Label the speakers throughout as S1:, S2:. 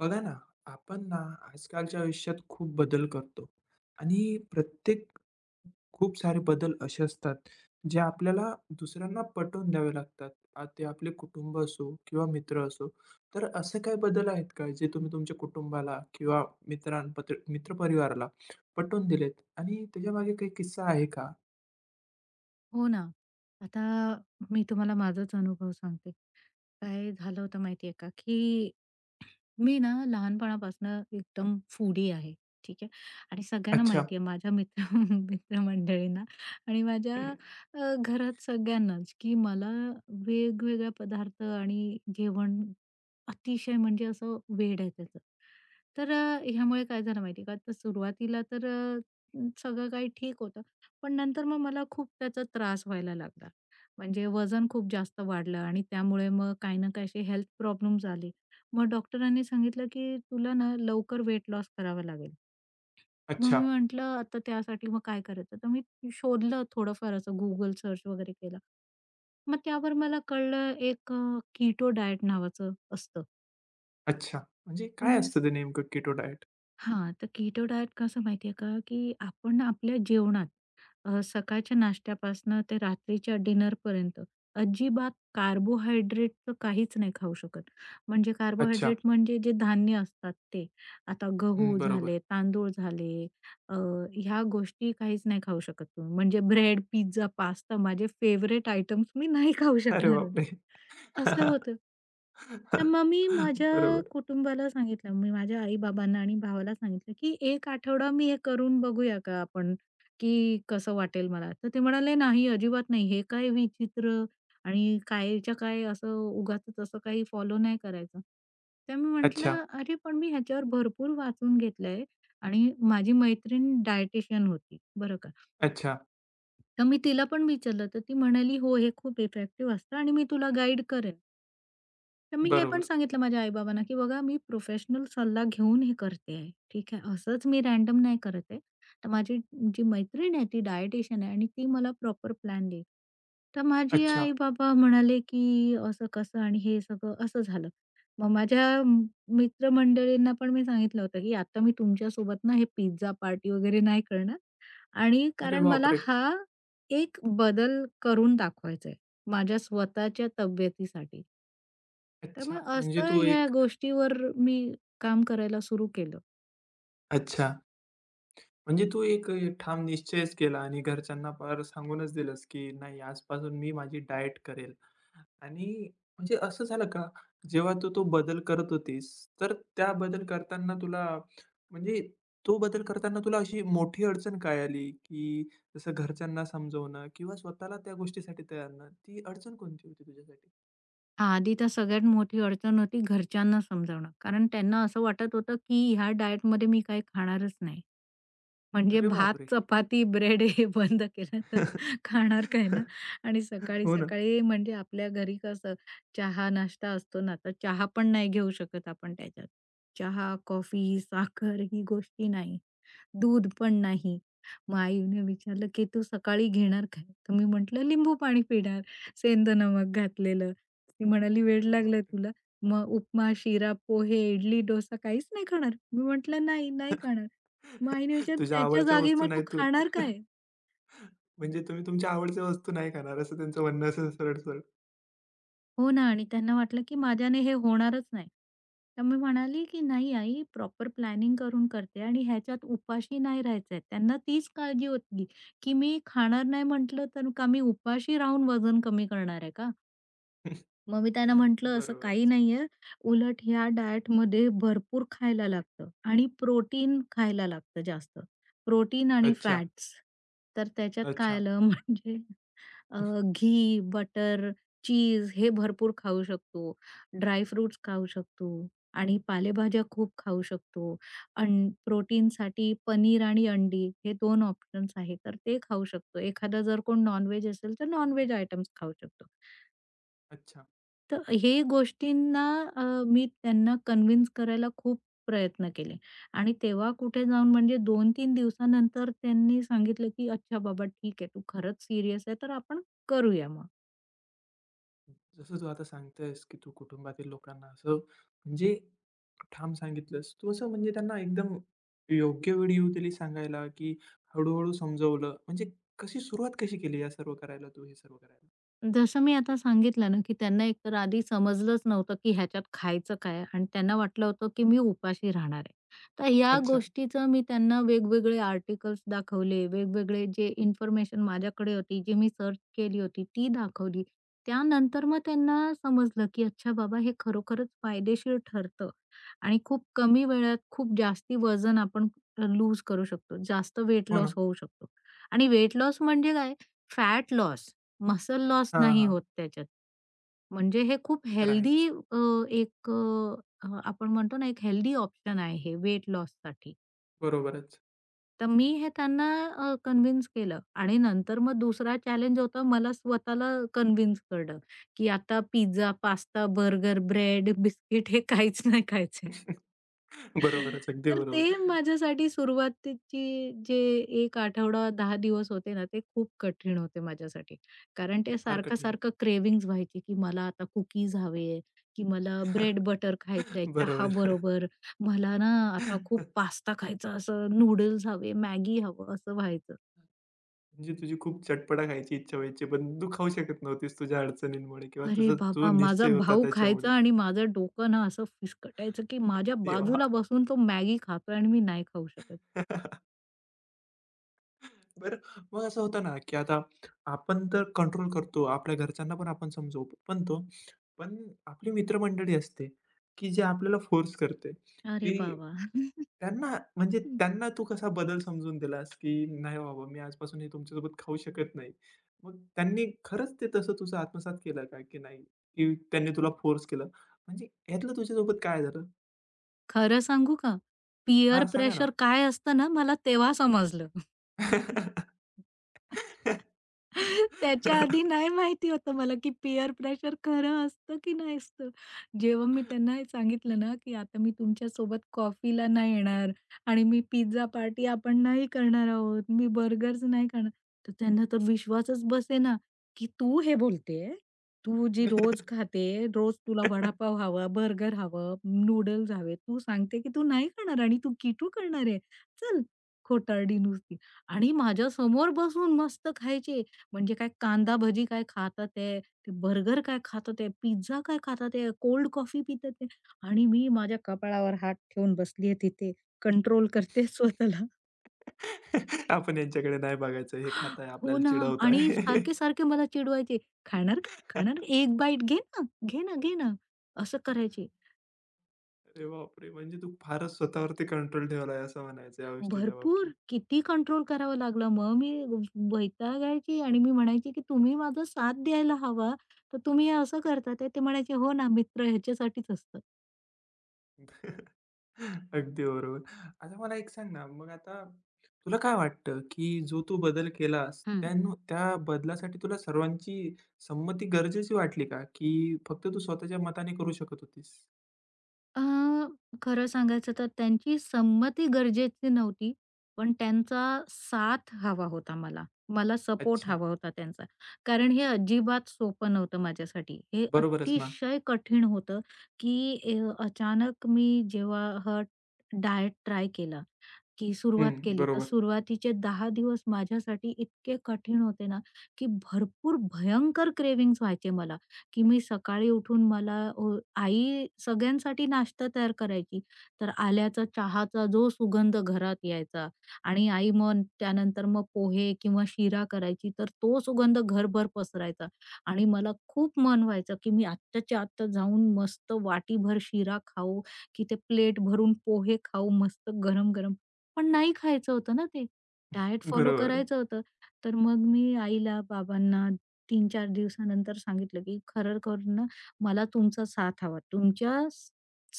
S1: बघा ना, आपण ना आजकालच्या आयुष्यात खूप बदल करतो आणि प्रत्येक खूप सारे बदल असे असतात, जे आपल्याला दुसऱ्यांना पटवून द्यावे लागतात. ते आपले कुटुंब असो किंवा मित्र असो. तर असे काही बदल आहेत का, जे तुम्ही तुमच्या कुटुंबाला किंवा मित्रपरिवाराला पटवून दिलेत आणि त्याच्यामागे काही किस्सा आहे का?
S2: हो ना. आता मी तुम्हाला माझाच अनुभव सांगते. काय झालं होतं माहिती का, की मी ना लहानपणापासनं एकदम फूडी आहे. ठीक आहे. आणि सगळ्यांना
S1: अच्छा,
S2: माहिती आहे माझ्या मित्र मित्रमंडळींना आणि माझ्या घरात सगळ्यांनाच, की मला वेगवेगळ्या पदार्थ आणि जेवण अतिशय म्हणजे असं वेड आहे त्याचं. तर ह्यामुळे काय झालं माहिती का, तर सुरुवातीला तर सगळं काही ठीक होतं. पण नंतर मग मला खूप त्याचा त्रास व्हायला लागला. म्हणजे वजन खूप जास्त वाढलं आणि त्यामुळे मग काही ना काही हेल्थ प्रॉब्लेम्स आले. मग डॉक्टरांनी सांगितलं, की "तुला ना लवकर वेट लॉस करावा लागेल." मग
S1: अच्छा,
S2: मी म्हटलं, "आता त्यासाठी मग काय करायचं?" तर मी शोधलं थोडंफार असं Google सर्च वगैरे केलं. मग त्यावर मला कळलं एक कीटो डाएट नावाचं असतं.
S1: अच्छा. म्हणजे काय
S2: पण
S1: असतं ते नेमकं कीटो डाएट?
S2: हां, तर कीटो डाएट कसं माहिती का, की आपण आपल्या जेवणात सकाळच्या नाश्त्यापासनं ते रात्रीच्या डिनरपर्यंत अजिबात कार्बोहायड्रेटचं काहीच नाही खाऊ शकत. म्हणजे
S1: अच्छा.
S2: कार्बोहायड्रेट म्हणजे जे धान्य असतात ते. आता
S1: हं,
S2: गहू
S1: बरोबर.
S2: झाले, तांदूळ झाले, अ, ह्या गोष्टी काहीच नाही खाऊ शकत तुम्ही. म्हणजे ब्रेड, पिझ्झा, पास्ता माझे फेव्हरेट आयटम्स मी नाही खाऊ
S1: अरे
S2: शकणार.
S1: बापरे!
S2: असं होतं. तर मग मी माझ्या
S1: बरोबर.
S2: कुटुंबाला सांगितलं, मी माझ्या आई-बाबांना आणि भावाला सांगितलं, की एक आठवडा मी हे करून बघूया का आपण, की कसं वाटेल मला?" तर ते म्हणाले, "नाही, अजिबात नाही. हे काय विचित्र आणि कायच्या काय असं उगाचच असं काही फॉलो नाही करायचं." तर मी
S1: अच्छा,
S2: म्हटलं, "अरे, पण मी ह्याच्यावर भरपूर वाचून घेतलंय आणि माझी मैत्रीण डायटिशियन होती, बरं का.
S1: अच्छा.
S2: तर मी तिला पण विचारलं, तर ती म्हणाली, "हो, हे खूप इफेक्टिव्ह असतं आणि मी तुला गाईड करेन." तर मी हे पण
S1: बरोबर.
S2: सांगितलं माझ्या आई-बाबांना, की बघा मी प्रोफेशनल सल्ला घेऊन हे करते आहे. ठीक आहे. असंच मी रँडम नाही करत आहे. तर माझी जी मैत्रीण आहे ती डायटिशियन आहे आणि ती मला प्रॉपर प्लॅन देईल. तर माझे
S1: अच्छा.
S2: आई-बाबा म्हणाले, की "असं कसं आणि हे सगळं असं झालं." मग माझ्या म- मित्रमंडळींना पण मी सांगितलं होतं, की "आता मी तुमच्यासोबत ना हे पिझ्झा पार्टी वगैरे नाही करणार आणि
S1: अरे
S2: कारण मला
S1: बापरे!
S2: हा एक बदल करून दाखवायचा आहे माझ्या स्वतःच्या तब्येतीसाठी." तर
S1: अच्छा,
S2: मग
S1: म्हणजे
S2: असं
S1: तू
S2: ह्या
S1: एक
S2: गोष्टीवर मी काम करायला सुरू केलं.
S1: अच्छा, म्हणजे तू एक ठाम निश्चयच केला आणि घरच्यांना पार सांगूनच दिलंस, की नाही आजपासून मी माझी डाएट करेल. आणि म्हणजे असं झालं का, जेव्हा तू तो बदल करत होतीस, तर त्या बदल करताना तुला म्हणजे तो बदल करताना तुला अशी मोठी अडचण काय आली, की जसं घरच्यांना समजवणं किंवा स्वतःला त्या गोष्टीसाठी तयार न ती अडचण कोणती होती तुझ्यासाठी?
S2: आधी तर सगळ्यात मोठी अडचण होती घरच्यांना समजावणं. कारण त्यांना असं वाटत होतं, की ह्या डाएटमध्ये मी काही खाणारच नाही. म्हणजे
S1: अरे
S2: भात,
S1: बापरे!
S2: चपाती, ब्रेड हे बंद केलं तर खाणार काय ना? आणि
S1: हो ना.
S2: सकाळी-सकाळी म्हणजे आपल्या घरी कसं चहा, नाश्ता असतो ना, तर चहा पण नाही घेऊ शकत आपण त्याच्यात. चहा, कॉफी, साखर ही गोष्टी नाही. दूध पण नाही. मग आईने विचारलं, "की तू सकाळी घेणार काय?" तर मी म्हटलं, "लिंबू पाणी पिणार, सेंध नमक घातलेलं." ती म्हणाली, "वेड
S1: अरे
S2: लागलंय
S1: बापरे!
S2: तुला? मग उपमा, शिरा, पोहे, इडली, डोसा काहीच नाही खाणार?" मी म्हटलं, "नाही, नाही खाणार." मग आईने विचारलं,
S1: तुझ्या
S2: "त्याच्या
S1: आवडच्या
S2: जागी
S1: वस्तू
S2: मग
S1: नाही
S2: तू
S1: तू
S2: खाणार काय?"
S1: म्हणजे तुम्ही तुमच्या आवडच्या वस्तू नाही खाणार असं त्यांचं म्हणणं असेल सरळ-सरळ.
S2: हो ना आणि त्यांना वाटलं की माझ्याने हे होणारच नाही. तर मी म्हणाली की "नाही आई, प्रॉपर प्लॅनिंग करून करते आणि ह्याच्यात उपाशी नाही राहायचंय." त्यांना तीच काळजी होती की मी खाणार नाही म्हटलं, तर का मी उपाशी राहून वजन कमी करणार आहे का? मग मी त्यांना म्हटलं, "असं काही
S1: बरोबरच.
S2: नाहीये. उलट ह्या डाएटमध्ये भरपूर खायला लागतं आणि प्रोटीन खायला लागतं जास्त. प्रोटीन आणि
S1: अच्छा,
S2: फॅट्स." तर त्याच्यात काय
S1: अच्छा,
S2: आलं म्हणजे घी, बटर, चीज हे भरपूर खाऊ शकतो. ड्राय फ्रुट्स खाऊ शकतो आणि पालेभाज्या खूप खाऊ शकतो. अं प्रोटीनसाठी पनीर आणि अंडी हे 2 ऑप्शन्स आहेत. तर ते खाऊ शकतो. एखादा जर कोण नॉन-व्हेज असेल, तर नॉन-व्हेज आयटम्स खाऊ शकतो.
S1: अच्छा.
S2: तर हे गोष्टींना मी त्यांना कन्विन्स करायला खूप प्रयत्न केले आणि तेव्हा कुठे जाऊन म्हणजे 2-3 दिवसानंतर त्यांनी सांगितलं, की "अच्छा बाबा ठीक आहे, तू खरंच सीरियस आहे, तर आपण करूया मग."
S1: जसं तू आता सांगतेस, की तू कुटुंबातील लोकांना असं म्हणजे ठाम सांगितलंस. तू असं म्हणजे त्यांना एकदम योग्य वेळी येऊ दिली सांगायला, की हळू समजवलं? म्हणजे कशी सुरुवात कशी केली या सर्व करायला तू हे सर्व करायला?
S2: जसं मी आता सांगितलं ना, की त्यांना एकतर आधी समजलंच नव्हतं, की ह्याच्यात खायचं काय आणि त्यांना वाटलं होतं, की मी उपाशी राहणार आहे. तर या
S1: अच्छा.
S2: गोष्टीचं मी त्यांना वेगवेगळे आर्टिकल्स दाखवले, वेगवेगळे जे इन्फॉर्मेशन माझ्याकडे होती, जी मी सर्च केली होती, ती दाखवली. त्यानंतर मग त्यांना समजलं, की अच्छा बाबा हे खरोखरच फायदेशीर ठरतं आणि खूप कमी वेळात खूप जास्ती वजन आपण लूज करू शकतो. जास्त वेट
S1: हो ना.
S2: लॉस होऊ शकतो आणि वेट लॉस म्हणजे काय? Fat loss. मसल लॉस
S1: हां,
S2: नाही
S1: हां.
S2: होत त्याच्यात. म्हणजे हे खूप
S1: ते तर आहेच.
S2: हेल्दी आपण म्हणतो ना, एक हेल्दी ऑप्शन आहे हे वेट लॉससाठी.
S1: बरोबरच.
S2: तर मी हे त्यांना कन्विन्स केलं आणि नंतर मग दुसरा चॅलेंज होता मला स्वतःला कन्विन्स करणं, की आता pizza, pasta, burger, bread, biscuit हे काहीच नाही खायचं.
S1: बरोबरच. अगदी
S2: तर ते
S1: बरोबर.
S2: माझ्यासाठी सुरुवातीची जे 1 आठवडा 10 दिवस होते ना, ते खूप कठीण होते माझ्यासाठी. कारण
S1: हे
S2: ते
S1: फार कठीण.
S2: सारखं-सारखं क्रेव्हिंग्ज व्हायची, की मला आता कुकीज हवे, की मला ब्रेड बटर खायचंय
S1: बरोबर.
S2: चहाबरोबर. मला ना आता खूप पास्ता खायचा, असं नूडल्स हवे, मॅगी हवं असं व्हायचं.
S1: म्हणजे तुझी खूप चटपटा खायची इच्छा व्हायची, पण तू खाऊ शकत नव्हतीस तुझ्या अडचणींमुळे किंवा
S2: अरे
S1: तुझा जो
S2: बाबा! माझा
S1: निश्चय होता
S2: भाऊ
S1: त्याच्यामुळे.
S2: खायचा आणि माझं डोकं ना असं फिस्कटायचं, की माझ्या
S1: देवा!
S2: बाजूला बसून तो मॅगी खातोय आणि मी नाही खाऊ शकत.
S1: बरं, मग असं होतं ना, की आता आपण तर कंट्रोल करतो, आपल्या घरच्यांना पण आपण समजवतो. पण तो पण आपली मित्रमंडळी असते, की जे आपल्याला फोर्स करते,
S2: अरे
S1: की
S2: बाबा!
S1: त्यांना म्हणजे त्यांना तू कसा बदल समजून दिलास, की "नाही बाबा, मी आजपासून हे तुमच्यासोबत खाऊ शकत नाही." मग त्यांनी खरंच ते तसं तुझं आत्मसात केलं का, की नाही, की त्यांनी तुला फोर्स केलं? म्हणजे ह्यातलं तुझ्यासोबत काय झालं?
S2: खरं सांगू का? पीअर
S1: हां, सांगा ना?
S2: प्रेशर काय असतं ना, मला तेव्हा समजलं. त्याच्या आधी नाही माहिती होतं मला, की पीअर प्रेशर खरं असतं की नाही असतं. जेव्हा मी त्यांना हे सांगितलं ना, की आता मी तुमच्या सोबत कॉफीला नाही येणार आणि मी पिझ्झा पार्टी आपण नाही करणार आहोत, मी बर्गर्स नाही खाणार. तर त्यांना तर विश्वासच बसेना, की तू हे बोलतेय? तू जी रोज खाते, रोज तुला वडापाव हवा, बर्गर हवं, नूडल्स हवे. तू सांगते की तू नाही खाणार आणि तू कीटो करणार आहे. चल, खोटारडी नुसती. आणि माझ्यासमोर बसून मस्त खायची. म्हणजे काय कांदा भजी काय खातात आहे, ते बर्गर काय खातात आहे, पिझ्झा काय खातात आहे, कोल्ड कॉफी पितात आहे आणि मी माझ्या कपाळावर हात ठेवून बसली आहे तिथे. कंट्रोल करते स्वतःला.
S1: आपण यांच्याकडे नाही बघायचं. हे खाताय,
S2: हो
S1: आपल्याला
S2: ना. आणि
S1: चिडवताय.
S2: सारखे-सारखे मला चिडवायचे, "खाणार का? खाणार? का? एक बाईट घे ना, घे ना, घे ना." असं करायचे.
S1: अरे बापरे! म्हणजे तू फारच स्वतःवरती कंट्रोल ठेवलाय असं म्हणायचं या गोष्टीच्या
S2: भरपूर
S1: बाबतीत.
S2: किती कंट्रोल करावा लागला. मग मी वैतागायची आणि मी म्हणायची, की "तुम्ही माझा साथ द्यायला हवा, तर तुम्ही हे असं करतात आहे." ते म्हणायचे, "हो ना, मित्र ह्याच्यासाठीच असतात."
S1: अगदी बरोबर. आता मला एक सांग ना, मग आता तुला काय वाटतं, की जो तू बदल केलास, त्या बदलासाठी तुला सर्वांची संमती गरजेची वाटली का? की फक्त तू स्वतःच्या मताने करू शकत होतीस?
S2: अ, खरं सांगायचं तर त्यांची संमती गरजेची नव्हती, पण त्यांचा साथ हवा होता मला. मला सपोर्ट
S1: अच्छा,
S2: हवा होता त्यांचा. कारण हे अजिबात सोपं नव्हतं माझ्यासाठी. हे
S1: बरोबरच ना?
S2: अतिशय कठीण होतं, की अचानक मी जेव्हा हा डायट ट्राय केला, की सुरुवात
S1: हं,
S2: केली. तर
S1: बरोबर,
S2: सुरुवातीचे 10 दिवस माझ्यासाठी इतके कठीण होते ना, की भरपूर भयंकर क्रेव्हिंग्ज व्हायचे मला, की मी सकाळी उठून मला आई सगळ्यांसाठी नाश्ता तयार करायची. तर आल्याचा चहाचा जो सुगंध घरात यायचा आणि आई मग त्यानंतर मग पोहे किंवा शिरा करायची. तर तो सुगंध घरभर पसरायचा आणि मला खूप मन व्हायचं, की मी आत्ताच्या आत्ता जाऊन मस्त वाटीभर शिरा खाऊ, की ते प्लेट भरून पोहे खाऊ मस्त गरम-गरम. पण नाही खायचं होतं ना ते. डाएट फॉलो
S1: बरोबर.
S2: करायचं होतं. तर मग मी आईला, बाबांना 3-4 दिवसानंतर सांगितलं, की "खरं-खरं ना मला तुमचा साथ हवा. तुमच्या स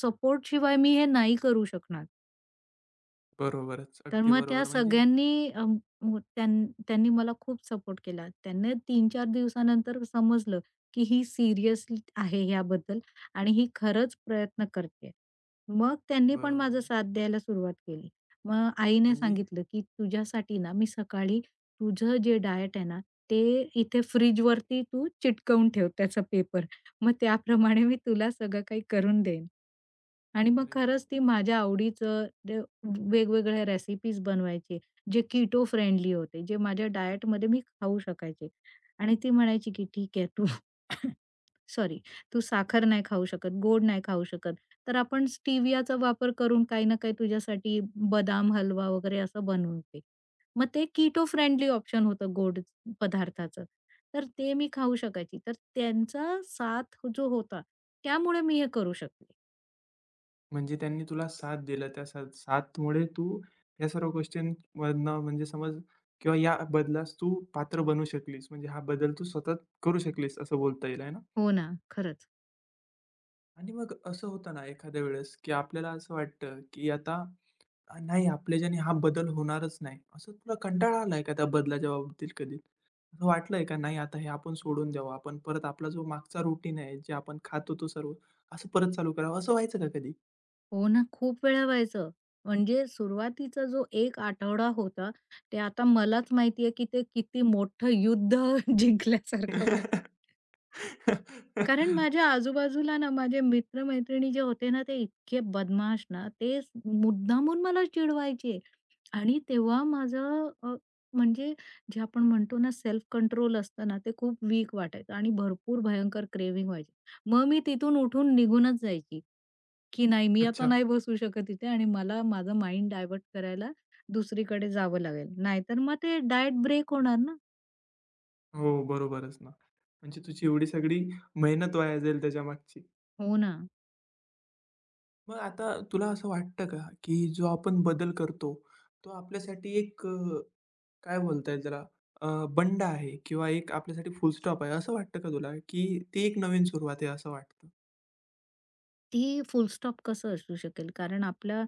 S2: सपोर्टशिवाय मी हे नाही करू शकणार.
S1: बरोबरच.
S2: तर
S1: अगदी
S2: मग त्या
S1: बरोबर. म्हणजे
S2: सगळ्यांनी अ, म त्यां त्यांनी मला खूप सपोर्ट केला. त्यांना 3-4 दिवसानंतर समजलं, की ही सीरियस आहे ह्याबद्दल आणि ही खरंच प्रयत्न करते. मग त्यांनी पण
S1: बरोबर.
S2: माझा साथ द्यायला सुरुवात केली. मग आईने
S1: म्हणजे
S2: सांगितलं, की "तुझ्यासाठी ना मी सकाळी तुझं जे डायट आहे ना, ते इथे फ्रिजवरती तू चिटकवून ठेव त्याचा पेपर. मग त्याप्रमाणे मी तुला सगळं काही करून देईन." आणि मग
S1: अरे
S2: खरंच ती
S1: बापरे!
S2: माझ्या आवडीचं ते वेगवेगळ्या रेसिपीज बनवायची, जे कीटो फ्रेंडली होते, जे माझ्या डायटमध्ये मी खाऊ शकायचे. आणि ती म्हणायची, की "ठीक आहे तू सॉरी, तू साखर नाही खाऊ शकत, गोड नाही खाऊ शकत, तर आपण स्टिवियाचा वापर करून काही ना काही तुझ्यासाठी बदाम हलवा वगैरे असं बनवून दे." मग ते कीटो फ्रेंडली ऑप्शन होतं गोड पदार्थाचं. तर ते मी खाऊ शकायची. तर त्यांचा साथ जो होता त्यामुळे मी हे करू शकले.
S1: म्हणजे त्यांनी तुला साथ दिला. त्या साथमुळे तू या सर्व गोष्टींमधनं म्हणजे समज किंवा या बदलास तू पात्र बनू शकलीस. म्हणजे हा बदल तू स्वतः करू शकलीस असं बोलता येईल आहे ना?
S2: हो ना, खरंच.
S1: आणि मग असं होतं ना एखाद्या वेळेस, की आपल्याला असं वाटतं, की आता नाही आपल्याच्याने हा बदल होणारच नाही. असं तुला कंटाळा आलाय का त्या बदलाच्या बाबतीत कधी? असं वाटलंय का नाही आता हे आपण सोडून द्यावं, आपण परत आपला जो मागचा रुटीन आहे, जे आपण खात होतो सर्व, असं परत चालू करावं असं व्हायचं का कधी?
S2: हो ना, खूप वेळा व्हायचं. म्हणजे सुरुवातीचा जो एक आठवडा होता, ते आता मलाच माहिती आहे, की ते किती मोठं युद्ध जिंकल्यासारखं वाटतं. कारण माझ्या आजूबाजूला ना, माझे मित्र-मैत्रिणी जे होते ना, ते इतके बदमाश ना, मुद्दामून मला चिडवायचे. आणि तेव्हा माझं अ, म्हणजे जे आपण म्हणतो ना, सेल्फ कंट्रोल असतं ना, ते खूप वीक वाटायचं आणि भरपूर भयंकर क्रेव्हिंग व्हायची. मग मी तिथून उठून निघूनच जायची. की नाही मी आता
S1: अच्छा.
S2: नाही बसू शकत इथे आणि मला माझं माइंड डायव्हर्ट करायला दुसरीकडे जावं लागेल. नाहीतर मग ते डाएट ब्रेक होणार ना.
S1: हो, बरोबरच ना. म्हणजे तुझी एवढी सगळी मेहनत वाया जाईल त्याच्यामागची.
S2: हो ना.
S1: मग आता तुला असं वाटतं का, की जो आपण बदल करतो, तो आपल्यासाठी एक काय बोलता येईल त्याला अ, बंड आहे किंवा एक आपल्यासाठी फुल स्टॉप आहे असं वाटतं का तुला, की ती एक नवीन सुरुवात आहे असं वाटतं?
S2: ती फुल स्टॉप कसं असू शकेल? कारण आपला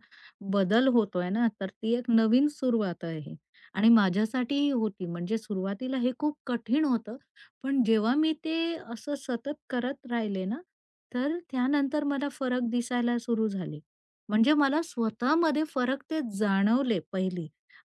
S2: बदल होतोय ना, तर ती एक नवीन सुरुवात आहे आणि माझ्यासाठीही होती. म्हणजे सुरुवातीला हे खूप कठीण होतं. पण जेव्हा मी ते असं सतत करत राहिले ना, तर त्यानंतर मला फरक दिसायला सुरू झाले. म्हणजे मला स्वतःमध्ये फरक ते जाणवले पहिली.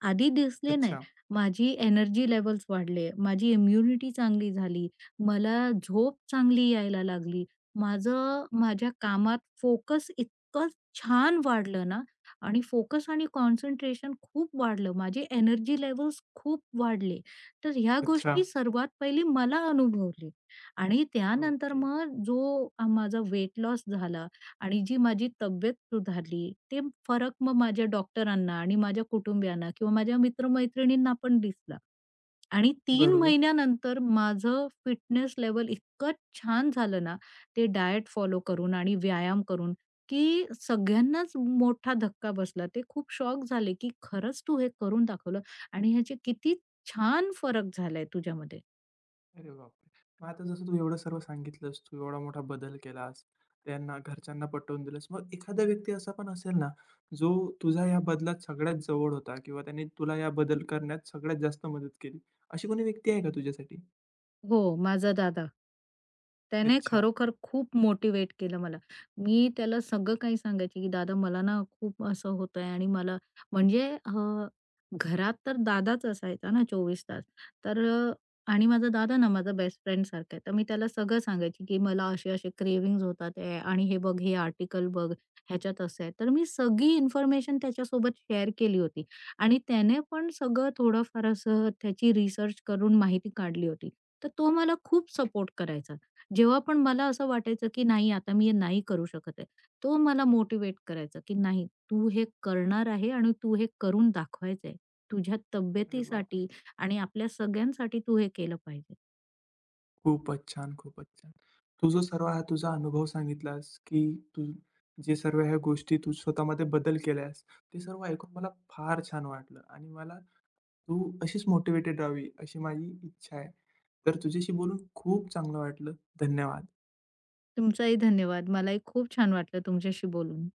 S2: आधी दिसले नाही.
S1: अच्छा,
S2: माझी एनर्जी लेव्हल्स वाढले, माझी इम्युनिटी चांगली झाली, मला झोप चांगली यायला लागली माझं माझ्या कामात फोकस इतकं छान वाढलं ना आणि फोकस आणि कॉन्सन्ट्रेशन खूप वाढलं. माझे एनर्जी लेवल्स खूप वाढले. तर ह्या
S1: अच्छा.
S2: गोष्टी सर्वात पहिली मला अनुभवली आणि त्यानंतर
S1: ओके.
S2: मग जो माझा वेट लॉस झाला आणि जी माझी तब्येत सुधारली, ते फरक मग माझ्या डॉक्टरांना आणि माझ्या कुटुंबियांना किंवा माझ्या मित्र पण दिसला. आणि 3
S1: बरोबर.
S2: महिन्यानंतर माझं फिटनेस लेवल इतकं छान झालं ना, ते डाएट फॉलो करून आणि व्यायाम करून, की सगळ्यांनाच मोठा धक्का बसला. ते खूप शॉक झाले, की "खरंच तू हे करून दाखवलं आणि ह्याचे किती छान फरक झालाय तुझ्यामध्ये."
S1: अरे बापरे! मग आता जसं तू एवढं सर्व सांगितलंस, तू एवढा मोठा बदल केलास, त्यांना घरच्यांना पटवून दिलंस. मग एखादा व्यक्ती असा पण असेल ना, जो तुझा या बदलात सगळ्यात जवळ होता किंवा त्याने तुला या बदल करण्यात सगळ्यात जास्त मदत केली. अशी कोणी व्यक्ती आहे का तुझ्यासाठी?
S2: हो, माझा दादा. त्याने
S1: अच्छा.
S2: खरोखर खूप मोटिवेट केलं मला. मी त्याला सगळं काही सांगायची, की "दादा मला ना खूप असं होतंय आणि मला" म्हणजे घरात तर दादाच असायचा ना 24 तास. तर अ, आणि माझा दादा ना माझा बेस्ट फ्रेंडसारखा आहे. तर मी त्याला सगळं सांगायची, की "मला असे-असे क्रेव्हिंग्ज होतात आहे आणि हे बघ, हे आर्टिकल बघ, ह्याच्यात असं आहे." तर मी सगळी इन्फॉर्मेशन त्याच्यासोबत शेअर केली होती आणि त्याने पण सगळं थोडंफार असं त्याची रिसर्च करून माहिती काढली होती. तर तो मला खूप सपोर्ट करायचा. जेव्हा पण मला असं वाटायचं, की नाही आता मी हे नाही करू शकत आहे. तो मला मोटिवेट करायचा, की नाही तू हे करणार आहे आणि तू हे करून दाखवायचं आहे. तुझ्या
S1: अरे बापरे!
S2: तब्येतीसाठी आणि आपल्या सगळ्यांसाठी तू हे केलं पाहिजे.
S1: खूपच छान, खूपच छान. तू जो सर्व हा तुझा अनुभव सांगितलास, की तू जे सर्व ह्या गोष्टी तू स्वतःमध्ये बदल केल्यास, ते सर्व ऐकून मला फार छान वाटलं आणि मला तू अशीच मोटिव्हेटेड राहावी, अशी माझी इच्छा आहे. तर तुझ्याशी बोलून खूप चांगलं वाटलं. धन्यवाद.
S2: तुमचाही धन्यवाद. मलाही खूप छान वाटलं तुमच्याशी बोलून.